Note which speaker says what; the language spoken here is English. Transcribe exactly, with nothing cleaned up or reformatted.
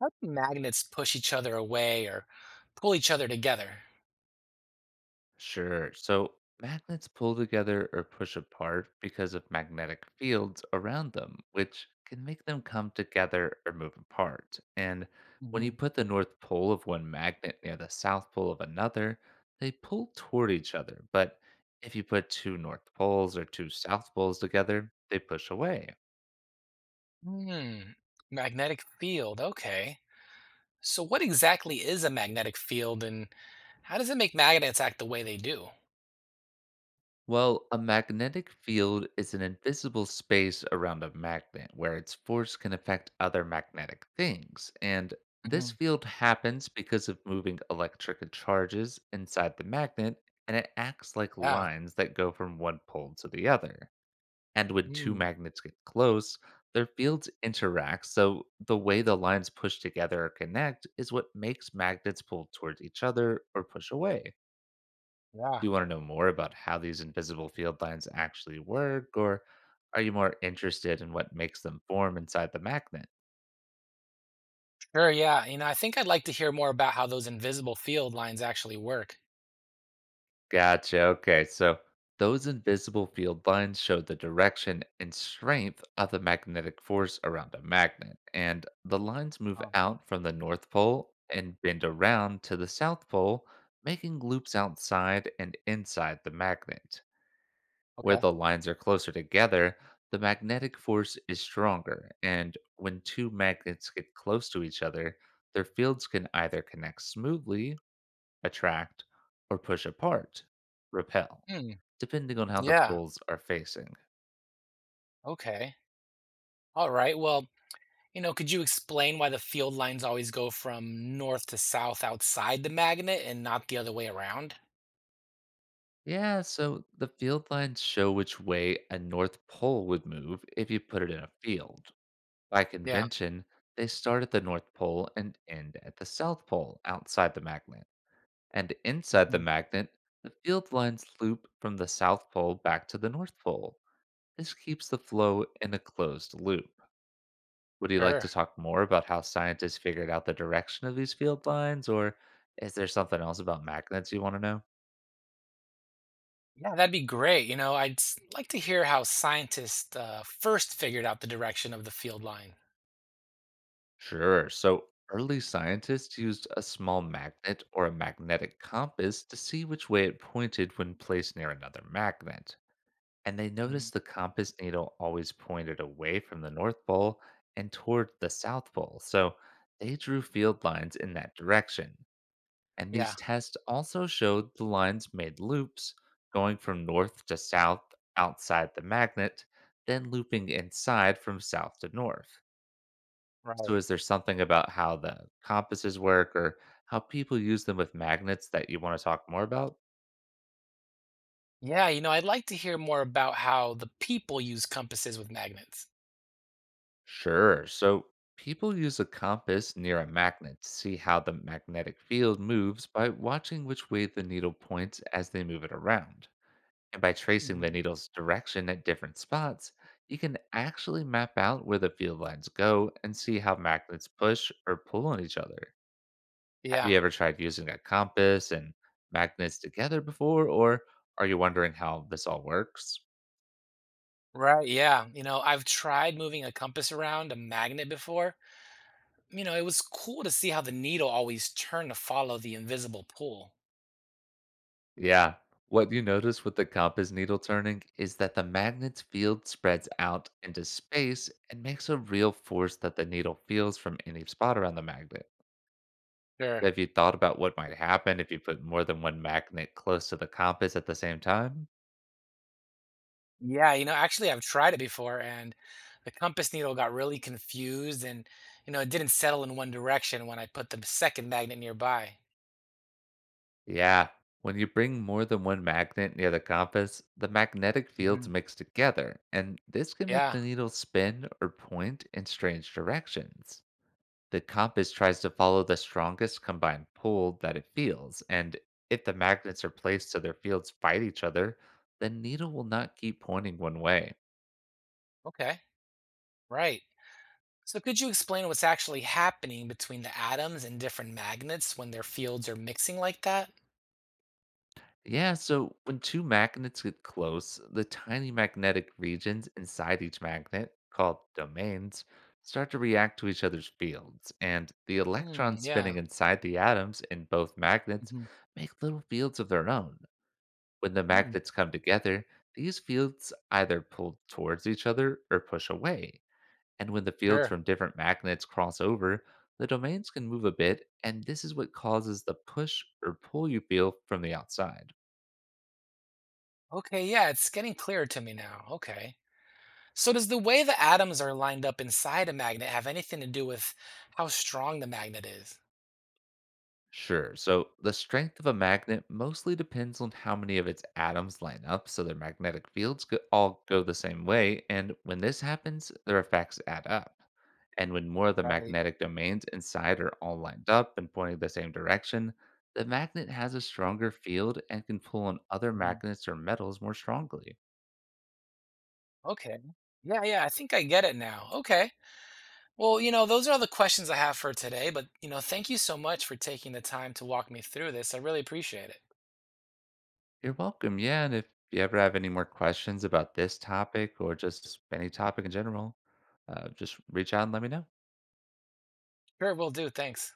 Speaker 1: How do magnets push each other away or pull each other together?
Speaker 2: Sure. So magnets pull together or push apart because of magnetic fields around them, which can make them come together or move apart. And when you
Speaker 1: Hmm.
Speaker 2: put the north pole of one magnet near the south pole of another, they pull toward each other. But if you put two north poles or two south poles together, they push away.
Speaker 1: Hmm, magnetic field. Okay. So, what exactly is a magnetic field and how does it make magnets act the way they do?
Speaker 2: Well, a magnetic field is an invisible space around a magnet where its force can affect other magnetic things. And this
Speaker 1: Hmm.
Speaker 2: field happens because of moving electric charges inside the magnet, and it acts like
Speaker 1: Yeah.
Speaker 2: lines that go from one pole to the other. And when two
Speaker 1: Mm,
Speaker 2: magnets get close, their fields interact, so the way the lines push together or connect is what makes magnets pull towards each other or push away.
Speaker 1: yeah.
Speaker 2: Do you want to know more about how these invisible field lines actually work, or are you more interested in what makes them form inside the magnet?
Speaker 1: Sure. Yeah. You know, I think I'd like to hear more about how those invisible field lines actually work.
Speaker 2: Gotcha. Okay. So those invisible field lines show the direction and strength of the magnetic force around a magnet. And the lines move
Speaker 1: Oh,
Speaker 2: out from the North Pole and bend around to the South Pole, making loops outside and inside the magnet. Where
Speaker 1: okay.
Speaker 2: the lines are closer together, the magnetic force is stronger, and when two magnets get close to each other, their fields can either connect smoothly, attract, or push apart, repel,
Speaker 1: Hmm.
Speaker 2: depending on how the
Speaker 1: Yeah.
Speaker 2: poles are facing.
Speaker 1: Okay. All right. Well, you know, could you explain why the field lines always go from north to south outside the magnet and not the other way around?
Speaker 2: Yeah, so the field lines show which way a north pole would move if you put it in a field. By
Speaker 1: Yeah.
Speaker 2: convention, they start at the north pole and end at the south pole outside the magnet. And inside the
Speaker 1: Mhm.
Speaker 2: magnet, the field lines loop from the South Pole back to the North Pole. This keeps the flow in a closed loop. Would you like to
Speaker 1: Sure.
Speaker 2: talk more about how scientists figured out the direction of these field lines, or is there something else about magnets you want to know?
Speaker 1: Yeah, that'd be great. You know, I'd s- like to hear how scientists uh, first figured out the direction of the field line.
Speaker 2: Sure. So, early scientists used a small magnet or a magnetic compass to see which way it pointed when placed near another magnet. And they
Speaker 1: Mhm.
Speaker 2: noticed the compass needle always pointed away from the North Pole and toward the South Pole, so they drew field lines in that direction. And these
Speaker 1: Yeah,
Speaker 2: tests also showed the lines made loops, going from north to south outside the magnet, then looping inside from south to north. So,
Speaker 1: right.
Speaker 2: is there something about how the compasses work or how people use them with magnets that you want to talk more about?
Speaker 1: Yeah, you know, I'd like to hear more about how the people use compasses with magnets.
Speaker 2: Sure. So people use a compass near a magnet to see how the magnetic field moves by watching which way the needle points as they move it around. And by tracing the
Speaker 1: Mhm.
Speaker 2: needle's direction at different spots, you can actually map out where the field lines go and see how magnets push or pull on each other. Have
Speaker 1: Yeah,
Speaker 2: you ever tried using a compass and magnets together before, or are you wondering how this all works?
Speaker 1: right. Yeah. You know, I've tried moving a compass around a magnet before. You know, it was cool to see how the needle always turned to follow the invisible pull.
Speaker 2: Yeah. What you notice with the compass needle turning is that the magnet's field spreads out into space and makes a real force that the needle feels from any spot around the magnet.
Speaker 1: Sure.
Speaker 2: Have you thought about what might happen if you put more than one magnet close to the compass at the same time?
Speaker 1: Yeah, you know, actually, I've tried it before, and the compass needle got really confused, and you know, it didn't settle in one direction when I put the second magnet nearby.
Speaker 2: Yeah. When you bring more than one magnet near the compass, the magnetic
Speaker 1: Hmm.
Speaker 2: fields mix together, and this can make
Speaker 1: Yeah.
Speaker 2: the needle spin or point in strange directions. The compass tries to follow the strongest combined pull that it feels, and if the magnets are placed so their fields fight each other, the needle will not keep pointing one way.
Speaker 1: Okay. Right. So, could you explain what's actually happening between the atoms and different magnets when their fields are mixing like that?
Speaker 2: Yeah, so when two magnets get close, the tiny magnetic regions inside each magnet, called domains, start to react to each other's fields, and the
Speaker 1: Hmm.
Speaker 2: electrons
Speaker 1: Yeah.
Speaker 2: spinning inside the atoms in both magnets
Speaker 1: Hmm.
Speaker 2: make little fields of their own. When the
Speaker 1: Hmm.
Speaker 2: magnets come together, these fields either pull towards each other or push away. And when the fields
Speaker 1: Sure.
Speaker 2: from different magnets cross over, the domains can move a bit, and this is what causes the push or pull you feel from the outside.
Speaker 1: Okay, yeah, it's getting clearer to me now. Okay. So does the way the atoms are lined up inside a magnet have anything to do with how strong the magnet is?
Speaker 2: Sure. So the strength of a magnet mostly depends on how many of its atoms line up so their magnetic fields go- all go the same way. And when this happens, their effects add up. And when more of the
Speaker 1: Right.
Speaker 2: magnetic domains inside are all lined up and pointing the same direction, the magnet has a stronger field and can pull on other magnets or metals more strongly.
Speaker 1: Okay. Yeah, yeah, I think I get it now. Okay. Well, you know, those are all the questions I have for today, but, you know, thank you so much for taking the time to walk me through this. I really appreciate it.
Speaker 2: You're welcome. Yeah. And if you ever have any more questions about this topic or just any topic in general, uh, just reach out and let me know.
Speaker 1: Sure, will do. Thanks.